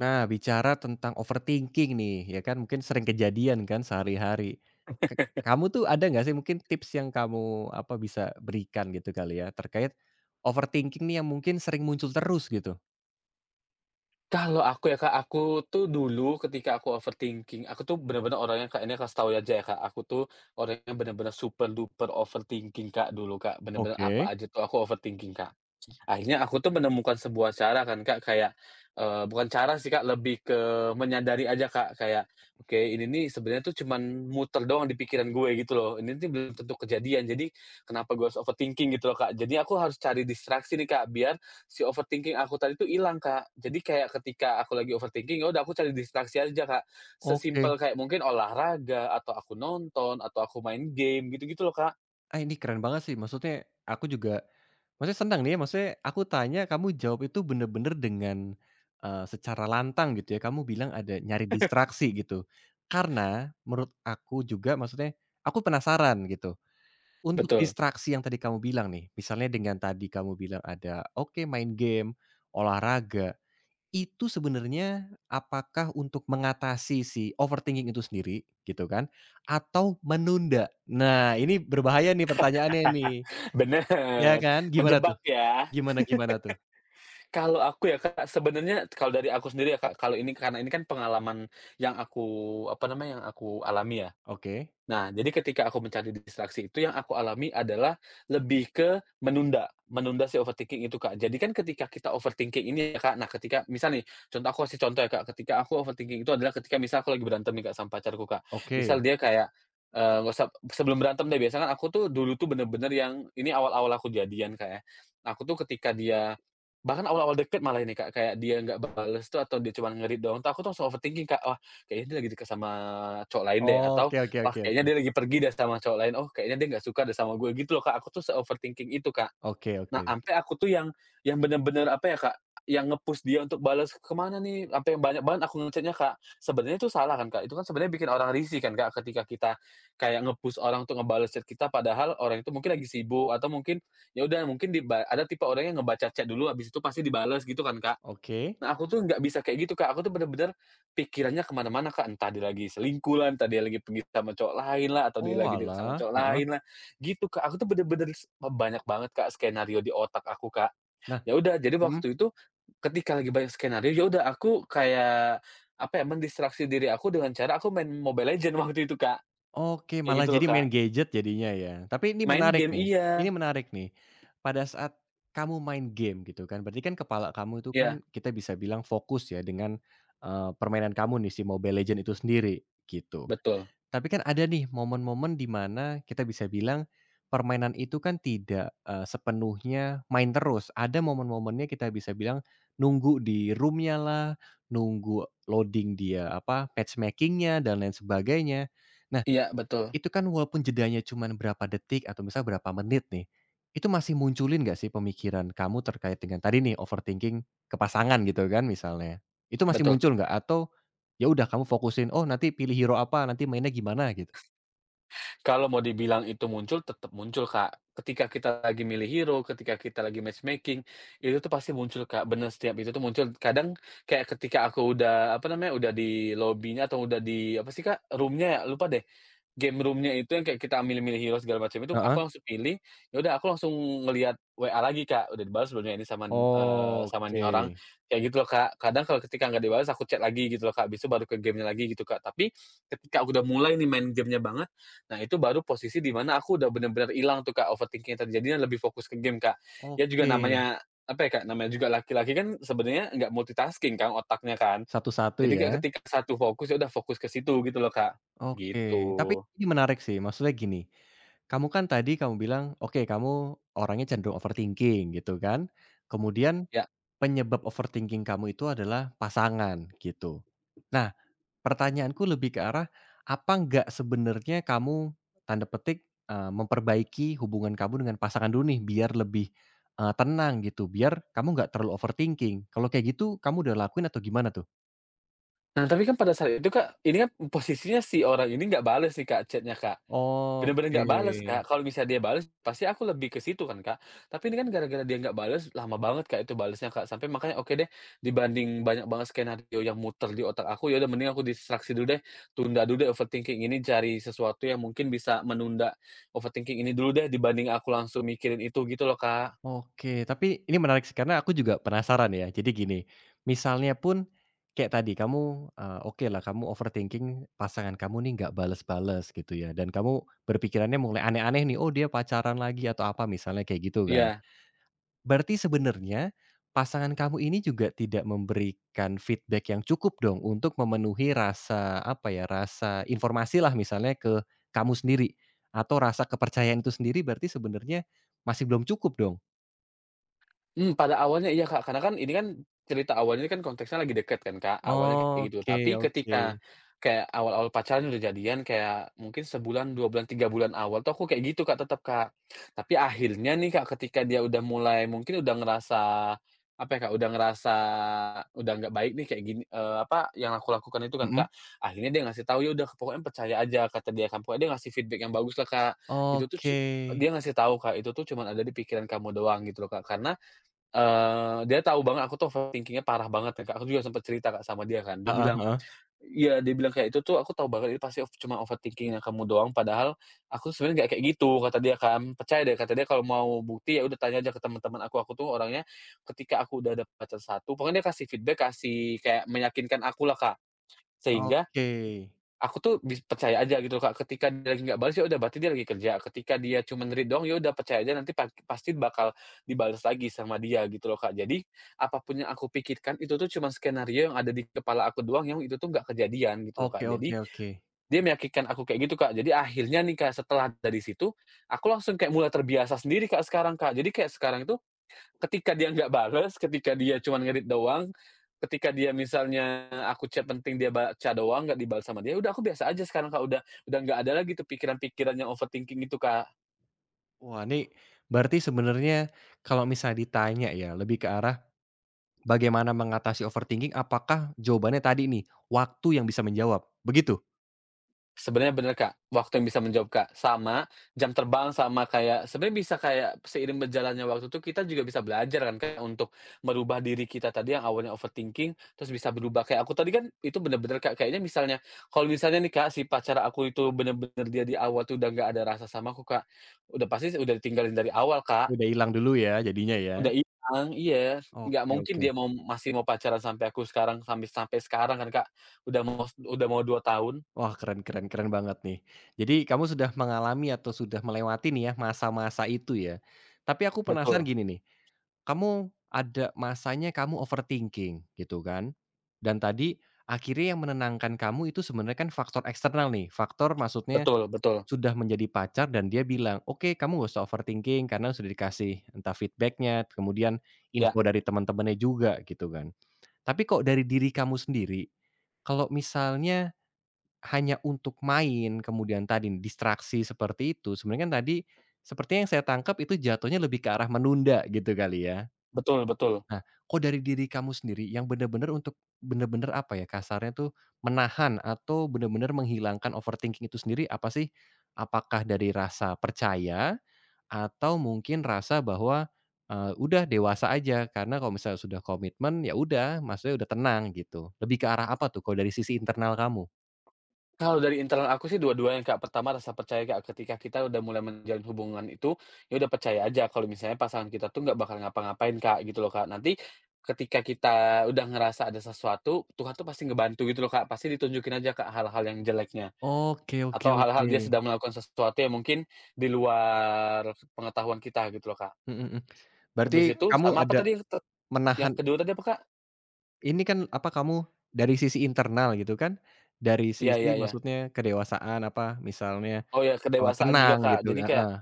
Nah, bicara tentang overthinking nih, ya kan mungkin sering kejadian kan sehari-hari. Ke kamu tuh ada nggak sih mungkin tips yang kamu, apa, bisa berikan gitu kali ya, terkait overthinking nih yang mungkin sering muncul terus gitu? Kalau aku ya Kak, aku tuh dulu ketika aku overthinking, aku tuh bener-bener orangnya Kak, ini kasih tahu aja ya Kak, aku tuh orangnya bener-bener super duper overthinking Kak dulu Kak, bener-bener apa Oke aja tuh aku overthinking Kak. Akhirnya aku tuh menemukan sebuah cara kan, Kak, kayak, bukan cara sih, Kak, lebih ke menyadari aja, Kak, kayak, oke ini nih sebenarnya tuh cuman muter doang di pikiran gue gitu loh, ini nih belum tentu kejadian, jadi kenapa gue harus overthinking gitu loh, Kak. Jadi aku harus cari distraksi nih, Kak, biar si overthinking aku tadi tuh hilang, Kak. Jadi kayak ketika aku lagi overthinking, ya udah aku cari distraksi aja, Kak, oke. sesimpel kayak mungkin olahraga, atau aku nonton, atau aku main game, gitu-gitu loh, Kak. Ah, ini keren banget sih, maksudnya aku juga maksudnya senang nih ya, maksudnya aku tanya kamu jawab itu bener-bener dengan, secara lantang gitu ya, kamu bilang ada nyari distraksi gitu. Karena menurut aku juga maksudnya, aku penasaran gitu. Untuk Betul. distraksi yang tadi kamu bilang nih, misalnya dengan tadi kamu bilang ada, oke main game, olahraga, itu sebenarnya apakah untuk mengatasi si overthinking itu sendiri gitu kan, atau menunda? Nah ini berbahaya nih pertanyaannya nih, Bener, ya kan? Gimana tuh? menjebak ya. Gimana gimana tuh? Kalau aku ya, Kak, sebenarnya kalau dari aku sendiri ya, Kak, kalau ini karena ini kan pengalaman yang aku, apa namanya, yang aku alami ya. Oke, Nah, jadi ketika aku mencari distraksi itu yang aku alami adalah lebih ke menunda, menunda si overthinking itu, Kak. Jadi kan ketika kita overthinking ini ya, Kak, nah ketika misal nih, contoh aku kasih contoh ya, Kak, ketika aku overthinking itu adalah ketika misal aku lagi berantem nih, Kak, sama pacarku, Kak. Misal oke. dia kayak, nggak usah sebelum berantem deh, biasanya kan aku tuh dulu tuh bener-bener yang ini awal-awal aku jadian, Kak, ya. Aku tuh ketika dia bahkan awal-awal deket malah ini, Kak, kayak dia nggak bales tuh atau dia cuman ngerit read doang tuh, aku tuh langsung overthinking, Kak, "Wah, kayaknya dia lagi deket sama cowok lain deh," atau Oke oke wah, oke kayaknya oke. dia lagi pergi deh sama cowok lain, oh kayaknya dia nggak suka deh sama gue, gitu loh, Kak. Aku tuh se-overthinking itu, Kak. Oke Nah, oke. ampe aku tuh yang bener-bener, apa ya, Kak, yang nge-push dia untuk balas, "Ke mana nih?" Ampe banyak banget aku Kak. Sebenarnya itu salah kan, Kak, itu kan sebenarnya bikin orang risih kan, Kak, ketika kita kayak nge-push orang untuk ngebales chat kita, padahal orang itu mungkin lagi sibuk atau mungkin ya udah mungkin ada tipe orang yang ngebaca chat dulu, habis itu pasti dibales gitu kan, Kak. Oke. Nah, aku tuh nggak bisa kayak gitu, Kak. Aku tuh bener-bener pikirannya kemana mana-mana, Kak. Entah dia lagi selingkuh lah, entah dia lagi pergi sama cowok lain lah, atau dia lagi deket sama Oalah, cowok heeh, lain lah, gitu, Kak. Aku tuh bener-bener oh, banyak banget, Kak, skenario di otak aku, Kak. nah Ya udah, jadi mhm. waktu itu ketika lagi banyak skenario, ya udah aku kayak, apa ya, mendistraksi diri aku dengan cara aku main Mobile Legends waktu itu, Kak. Oke, Kayak malah gitu loh, jadi Kak. main gadget jadinya ya. Tapi ini Main menarik game nih, iya. ini menarik nih. Pada saat kamu main game gitu kan, berarti kan kepala kamu itu kan Iya, kita bisa bilang fokus ya dengan, permainan kamu nih si Mobile Legend itu sendiri, gitu. betul. Tapi kan ada nih momen-momen di mana kita bisa bilang permainan itu kan tidak, sepenuhnya main terus. Ada momen-momennya kita bisa bilang nunggu di roomnya lah, nunggu loading dia apa, match making dan lain sebagainya. Iya, betul, Itu kan walaupun jedanya cuman berapa detik atau misal berapa menit nih, itu masih munculin nggak sih pemikiran kamu terkait dengan tadi nih overthinking ke pasangan gitu kan misalnya. Itu masih betul. muncul nggak? Atau ya udah kamu fokusin, "Oh nanti pilih hero apa, nanti mainnya gimana?" Gitu? Kalau mau dibilang itu muncul, tetap muncul, Kak. Ketika kita lagi milih hero, ketika kita lagi matchmaking, itu tuh pasti muncul, Kak, bener setiap itu tuh muncul. Kadang kayak ketika aku udah, apa namanya, udah di lobbynya atau udah di apa sih, Kak, Roomnya ya? Lupa deh. Game roomnya itu yang kayak kita milih-milih hero segala macam itu, aku Heeh. langsung pilih, ya udah aku langsung ngelihat WA lagi, Kak, udah dibalas belum ya ini sama, sama nih Oke. orang, kayak gitu loh, Kak. Kadang kalau ketika nggak dibalas, aku chat lagi gitu loh, Kak, habis baru ke gamenya lagi gitu, Kak. Tapi ketika aku udah mulai nih main gamenya banget, nah, itu baru posisi di mana aku udah bener-bener hilang tuh, Kak, overthinking yang tadi, jadinya lebih fokus ke game, Kak. Ya juga Oke. namanya, apa ya, Kak, namanya juga laki-laki kan sebenarnya nggak multitasking kan otaknya kan. Satu-satu Jadi kayak ya? ketika satu fokus, ya udah fokus ke situ gitu loh, Kak, Oke. Tapi gitu. ini menarik sih, maksudnya gini, kamu kan tadi kamu bilang, oke kamu orangnya cenderung overthinking gitu kan, kemudian Ya. penyebab overthinking kamu itu adalah pasangan, gitu. Nah, pertanyaanku lebih ke arah, apa nggak sebenarnya kamu, tanda petik, memperbaiki hubungan kamu dengan pasangan dulu nih, biar lebih, tenang gitu, biar kamu nggak terlalu overthinking. Kalau kayak gitu, kamu udah lakuin atau gimana tuh? Nah, tapi kan pada saat itu, Kak, ini kan posisinya si orang ini nggak bales nih, Kak, chatnya Kak. Bener-bener Oke. nggak bales, Kak. Kalau bisa dia bales, pasti aku lebih ke situ kan, Kak. Tapi ini kan gara-gara dia nggak bales, lama banget, Kak, itu balesnya, Kak. Sampai makanya oke deh, dibanding banyak banget skenario yang muter di otak aku, ya udah mending aku distraksi dulu deh, tunda dulu deh overthinking ini, cari sesuatu yang mungkin bisa menunda overthinking ini dulu deh, dibanding aku langsung mikirin itu gitu loh, Kak. Oke, tapi ini menarik sih karena aku juga penasaran ya. Jadi gini, misalnya pun kayak tadi kamu, oke lah kamu overthinking pasangan kamu nih nggak bales-bales gitu ya dan kamu berpikirannya mulai aneh-aneh nih, "Oh dia pacaran lagi," atau apa misalnya kayak gitu kan. Iya. Berarti sebenarnya pasangan kamu ini juga tidak memberikan feedback yang cukup dong untuk memenuhi rasa, apa ya, rasa informasi lah misalnya ke kamu sendiri atau rasa kepercayaan itu sendiri berarti sebenarnya masih belum cukup dong? Mmm, pada awalnya iya, Kak, karena kan ini kan cerita awalnya kan konteksnya lagi deket kan, Kak, awalnya kayak gitu. Oke Tapi oke. ketika kayak awal-awal pacaran udah jadian kayak mungkin sebulan, 2 bulan, 3 bulan awal tuh aku kayak gitu, Kak, tetep, Kak. Tapi akhirnya nih, Kak, ketika dia udah mulai mungkin udah ngerasa, apa ya, Kak, udah ngerasa udah nggak baik nih kayak gini, apa yang aku lakukan itu kan, Mhm. Kak. Akhirnya dia ngasih tahu, "Ya udah pokoknya percaya aja," kata dia kan. Pokoknya dia ngasih feedback yang baguslah, Kak. Itu tuh Oke. dia ngasih tahu, Kak, "Itu tuh cuman ada di pikiran kamu doang," gitu loh, Kak. Karena dia tahu banget aku tuh overthinking-nya parah banget ya, Kak, aku juga sempet cerita, Kak, sama dia kan, dia Heeh bilang heeh. iya, dia bilang kayak, "Itu tuh aku tahu banget ini pasti cuma overthinking-nya kamu doang, padahal aku sebenarnya nggak kayak gitu," kata dia kan. "Percaya deh," kata dia, "kalau mau bukti ya udah tanya aja ke teman-teman aku." Aku tuh orangnya ketika aku udah ada pacar satu pokoknya dia kasih feedback, kasih kayak meyakinkan akulah, Kak, sehingga Oke. aku tuh percaya aja gitu, Kak, ketika dia lagi nggak balas, ya udah berarti dia lagi kerja, ketika dia cuman read doang, ya udah percaya aja nanti pasti bakal dibales lagi sama dia gitu loh, Kak. Jadi, apa pun yang aku pikirkan itu tuh cuman skenario yang ada di kepala aku doang yang itu tuh nggak kejadian gitu loh, Kak. Oke Jadi, oke oke. dia meyakinkan aku kayak gitu, Kak. Jadi akhirnya nih, Kak, setelah dari situ, aku langsung kayak mulai terbiasa sendiri, Kak, sekarang, Kak. Jadi kayak sekarang itu ketika dia nggak bales, ketika dia cuma doang, ketika dia misalnya aku chat penting dia baca doang nggak dibalas sama dia, udah aku biasa aja sekarang, Kak, udah nggak ada lagi tuh pikiran-pikiran yang overthinking itu, Kak. Wah, ini berarti sebenarnya kalau misalnya ditanya ya, lebih ke arah bagaimana mengatasi overthinking, apakah jawabannya tadi nih, waktu yang bisa menjawab, begitu? Sebenarnya bener, Kak. Waktu yang bisa menjawab, Kak. Sama, jam terbang sama kayak sebenarnya bisa kayak seiring berjalannya waktu tuh kita juga bisa belajar kan, Kak, untuk merubah diri kita tadi yang awalnya overthinking, terus bisa berubah. Kayak aku tadi kan itu bener-bener, Kak, kayaknya misalnya kalau misalnya nih, Kak, si pacar aku itu bener-bener dia di awal tuh udah nggak ada rasa sama aku, Kak, udah pasti udah ditinggalin dari awal, Kak. Udah hilang dulu ya jadinya ya? Udah hilang iya. Nggak Oke mungkin oke. dia mau masih mau pacaran sampai aku sekarang sampai sampai sekarang kan, Kak. Udah mau udah mau 2 tahun. Wah, keren keren keren banget nih. Jadi kamu sudah mengalami atau sudah melewati nih ya, masa-masa itu ya. Tapi aku penasaran Betul gini nih, kamu ada masanya kamu overthinking gitu kan, dan tadi akhirnya yang menenangkan kamu itu sebenarnya kan faktor eksternal nih, faktor maksudnya betul betul. sudah menjadi pacar dan dia bilang, "Oke, kamu gak usah overthinking karena sudah dikasih entah feedbacknya, kemudian Ya, info dari teman-temannya juga," gitu kan. Tapi kok dari diri kamu sendiri, kalau misalnya hanya untuk main, kemudian tadi distraksi seperti itu, sebenarnya kan tadi sepertinya yang saya tangkap itu jatuhnya lebih ke arah menunda gitu kali ya. betul betul. Nah, kok dari diri kamu sendiri yang benar-benar untuk benar-benar apa ya, kasarnya tuh menahan atau benar-benar menghilangkan overthinking itu sendiri apa sih? Apakah dari rasa percaya atau mungkin rasa bahwa, udah dewasa aja karena kalau misalnya sudah komitmen, ya udah maksudnya udah tenang gitu. Lebih ke arah apa tuh kalau dari sisi internal kamu? Kalau dari internal aku sih dua-duanya, Kak. Pertama rasa percaya, Kak, ketika kita udah mulai menjalin hubungan itu, ya udah percaya aja kalau misalnya pasangan kita tuh nggak bakal ngapa-ngapain, Kak, gitu loh, Kak. Nanti ketika kita udah ngerasa ada sesuatu, Tuhan tuh pasti ngebantu gitu loh, Kak. Pasti ditunjukin aja, Kak, hal-hal yang jeleknya Oke oke atau oke. hal-hal dia sedang melakukan sesuatu yang mungkin di luar pengetahuan kita gitu loh, Kak. Mhm mhm. Habis Berarti itu kamu sama apa ada tadi yang yang menahan kedua tadi apa, Kak? ini kan, apa, kamu dari sisi internal gitu kan, dari Ya sisi ya ya. maksudnya kedewasaan, apa, misalnya, Oh ya, kedewasaan tenang juga, Kak. gitu Jadi kayak heeh,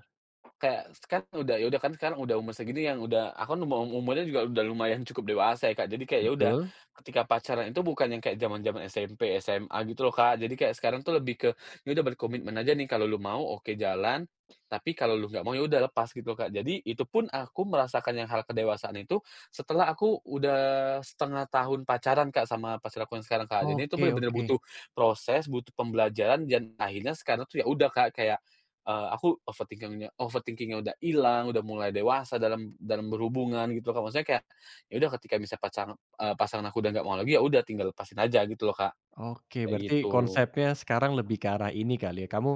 kayak kan udah ya udah kan sekarang udah umur segini yang udah aku kan umurnya juga udah lumayan cukup dewasa ya Kak, jadi kayak ya udah, betul. ketika pacaran itu bukan yang kayak zaman-zaman SMP, SMA gitu loh Kak, jadi kayak sekarang tuh lebih ke, ya udah berkomitmen aja nih kalau lu mau oke jalan, tapi kalau lu nggak mau ya udah lepas gitu loh Kak. Jadi itu pun aku merasakan yang hal kedewasaan itu setelah aku udah setengah tahun pacaran Kak sama pacar aku yang sekarang Kak, jadi itu Oke bener-bener oke. butuh proses, butuh pembelajaran dan akhirnya sekarang tuh ya udah Kak kayak aku overthinkingnya, overthinkingnya udah hilang, udah mulai dewasa dalam dalam berhubungan gitu loh, Kak. Maksudnya kayak, ya udah ketika misalnya pasangan aku udah nggak mau lagi, ya udah tinggal lepasin aja gitu loh, Kak, Oke, kayak berarti gitu. konsepnya sekarang lebih ke arah ini kali ya, kamu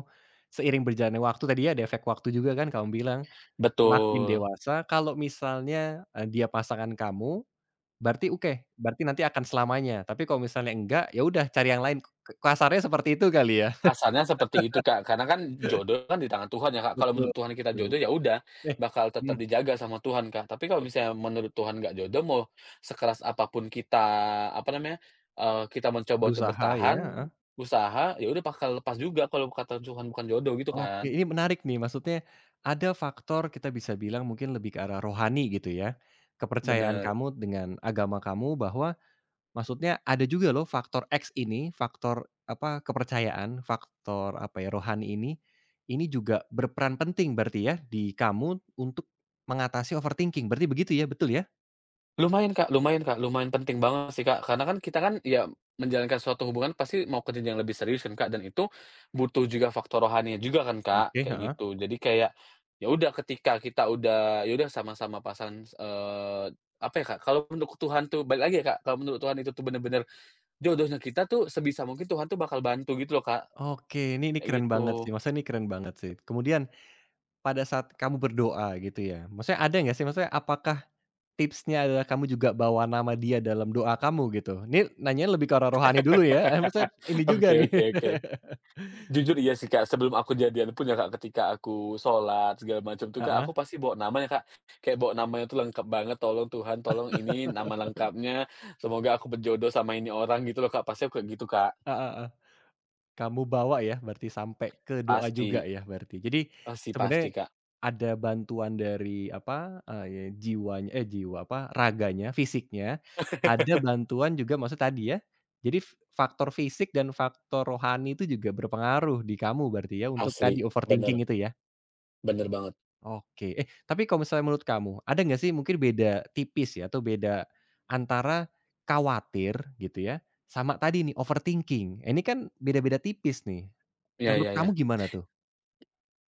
seiring berjalannya waktu tadi ya ada efek waktu juga kan kamu bilang, makin Betul, dewasa kalau misalnya, dia pasangan kamu, berarti oke, berarti nanti akan selamanya, tapi kalau misalnya enggak, ya udah cari yang lain, kasarnya seperti itu kali ya? asalnya seperti itu, Kak. Karena kan jodoh kan di tangan Tuhan ya, Kak. Kalau Betul menurut Tuhan kita betul. jodoh, ya udah Eh, bakal mhm, tetap dijaga sama Tuhan, Kak. Tapi kalau misalnya menurut Tuhan nggak jodoh, mau sekeras apapun kita, apa namanya, kita mencoba untuk berusaha bertahan, ya, heeh. usaha, ya udah bakal lepas juga kalau kata Tuhan bukan jodoh gitu Oke, kan. ini menarik nih, maksudnya ada faktor kita bisa bilang mungkin lebih ke arah rohani gitu ya, kepercayaan Bener. kamu dengan agama kamu bahwa maksudnya ada juga loh faktor X ini, faktor apa, kepercayaan, faktor apa ya, rohani ini juga berperan penting berarti ya di kamu untuk mengatasi overthinking, berarti begitu ya, betul ya? Lumayan Kak lumayan Kak, lumayan penting banget sih Kak, karena kan kita kan ya menjalankan suatu hubungan pasti mau ke jenjang lebih serius kan Kak, dan itu butuh juga faktor rohaninya juga kan Kak, Oke, kayak heeh. gitu. Jadi kayak, ya udah ketika kita udah sama-sama pasangan, apa ya Kak, kalau menurut Tuhan tuh balik lagi ya Kak, kalau menurut Tuhan itu tuh bener-bener jodohnya kita tuh sebisa mungkin Tuhan tuh bakal bantu gitu loh Kak, Oke, ini kayak keren banget sih, gitu. maksudnya ini keren banget sih. Kemudian pada saat kamu berdoa gitu ya? Maksudnya ada nggak sih, maksudnya apakah tipsnya adalah kamu juga bawa nama dia dalam doa kamu gitu? Ini nanyanya lebih ke arah rohani dulu ya, maksudnya ini Oke juga nih. oke oke. Jujur iya sih, Kak, sebelum aku jadian pun ya, Kak, ketika aku sholat segala macam tuh, Kak, aku Heeh, pasti bawa nama ya, Kak, kayak bawa namanya tuh lengkap banget, "Tolong Tuhan, tolong ini nama lengkapnya, semoga aku berjodoh sama ini orang," gitu loh, Kak, pasti aku kayak gitu, Kak. heeh heeh. Kamu bawa ya berarti sampai ke doa juga Pasti, ya berarti. Jadi pasti pasti, sebenarnya Kak, ada bantuan dari apa, jiwanya eh, jiwa apa, raganya, fisiknya, ada bantuan juga maksud tadi ya, jadi faktor fisik dan faktor rohani itu juga berpengaruh di kamu berarti ya untuk asli, tadi bener overthinking itu ya? bener banget. Oke. Eh, tapi kalau misalnya menurut kamu, ada nggak sih mungkin beda tipis ya atau beda antara khawatir gitu ya, sama tadi nih overthinking. Ini kan beda-beda tipis nih. Iya Menurut iya iya. kamu gimana tuh?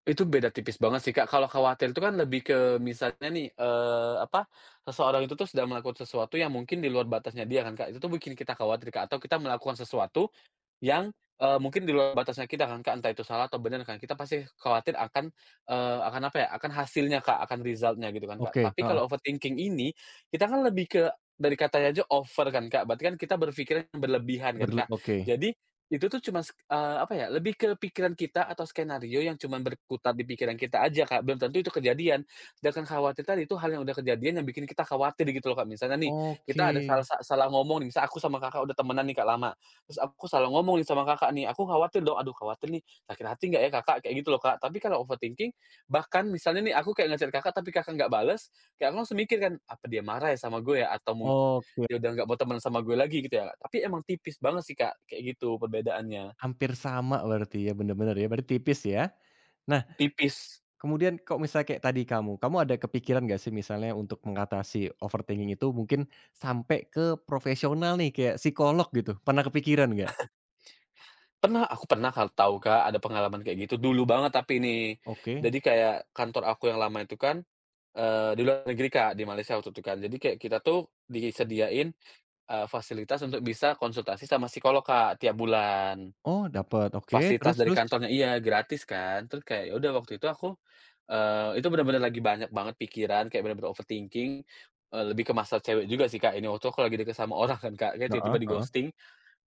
Itu beda tipis banget sih, Kak, kalau khawatir itu kan lebih ke misalnya nih, apa, seseorang itu tuh sedang melakukan sesuatu yang mungkin di luar batasnya dia kan, Kak, itu tuh bikin kita khawatir, Kak, atau kita melakukan sesuatu Yang, mungkin di luar batasnya kita kan, Kak, entah itu salah atau bener kan, kita pasti khawatir akan, akan apa ya, akan hasilnya, Kak, akan result-nya gitu kan, Kak. Oke, Tapi heeh, kalau overthinking ini, kita kan lebih ke dari katanya aja over kan, Kak, berarti kan kita berpikiran yang berlebihan kan, Kak. oke. Jadi, itu tuh cuma apa ya, lebih ke pikiran kita atau skenario yang cuman berkutat di pikiran kita aja, Kak, belum tentu itu kejadian. Sedangkan khawatir tadi itu hal yang udah kejadian yang bikin kita khawatir gitu loh, Kak. Misalnya nih, Oke, kita ada salah ngomong nih, misal aku sama Kakak udah temenan nih, Kak, lama. Terus aku salah ngomong nih sama Kakak nih, aku khawatir dong, "Aduh khawatir nih, sakit hati nggak ya Kakak?" Kayak gitu loh, Kak. Tapi kalau overthinking, bahkan misalnya nih aku kayak nge Kakak, tapi Kakak nggak bales, kayak aku langsung mikir kan, "Apa dia marah ya sama gue ya? Atau mungkin oke, dia udah nggak mau teman sama gue lagi?" Gitu ya, tapi emang tipis banget sih, Kak, kayak gitu perbedaannya, hampir sama berarti ya, bener-bener ya, berarti tipis ya. Nah, tipis. kemudian kok misalnya kayak tadi kamu, kamu ada kepikiran nggak sih misalnya untuk mengatasi overthinking itu mungkin sampai ke profesional nih, kayak psikolog gitu, pernah kepikiran nggak? Pernah, aku pernah Kak tahu, Kak, ada pengalaman kayak gitu, dulu banget tapi nih. Oke, Jadi kayak kantor aku yang lama itu kan, di luar negeri, Kak, di Malaysia waktu itu kan. Jadi kayak kita tuh disediain fasilitas untuk bisa konsultasi sama psikolog, Kak, tiap bulan. oh dapet, oke, Fasilitas terus dari terus? kantornya iya, gratis kan. Terus kayak ya udah waktu itu aku, itu bener-bener lagi banyak banget pikiran, kayak bener-bener overthinking, lebih ke masalah cewek juga sih, Kak, ini. Waktu aku lagi deket sama orang kan, Kak, kayak Heeh tiba-tiba heeh. di-ghosting,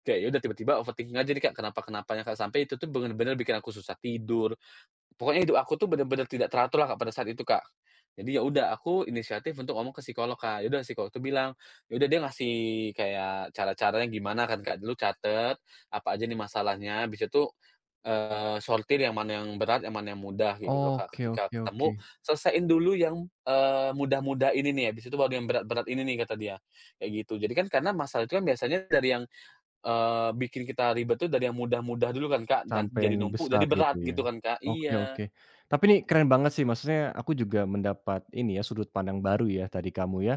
kayak ya udah tiba-tiba overthinking aja nih, Kak, kenapa-kenapanya, Kak, sampai itu tuh bener-bener bikin aku susah tidur. Pokoknya hidup aku tuh bener-bener tidak teratur lah, Kak, pada saat itu, Kak. Jadi ya udah aku inisiatif untuk ngomong ke psikolog, Kak. Ya udah psikolog tuh bilang, ya udah dia ngasih kayak cara-caranya gimana kan, Kak. Dulu catet, apa aja nih masalahnya, bisa tuh sortir yang mana yang berat, yang mana yang mudah, kayak gitu loh, Kak. Oke Ketika oke ketemu, oke. selesaiin dulu yang, mudah-mudah ini nih, habis itu baru yang berat-berat ini nih, kata dia, kayak gitu. Jadi kan karena masalah itu kan biasanya dari yang, bikin kita ribet tuh dari yang mudah-mudah dulu kan, Kak, dan Sampai jadi yang numpuk, besar jadi gitu berat ya. gitu kan, Kak. Oke Iya. oke. Tapi nih keren banget sih, maksudnya aku juga mendapat ini ya, sudut pandang baru ya tadi kamu ya.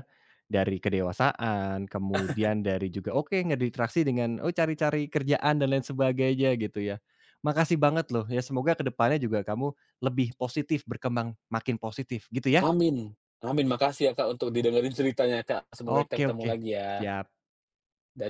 Dari kedewasaan, kemudian dari juga oke, ngedistraksi dengan, oh cari-cari kerjaan dan lain sebagainya gitu ya. Makasih banget loh ya, semoga kedepannya juga kamu lebih positif, berkembang makin positif gitu ya. Amin amin, makasih ya Kak, untuk didengerin ceritanya Kak, semoga kita Oke ketemu oke, lagi ya siap. dan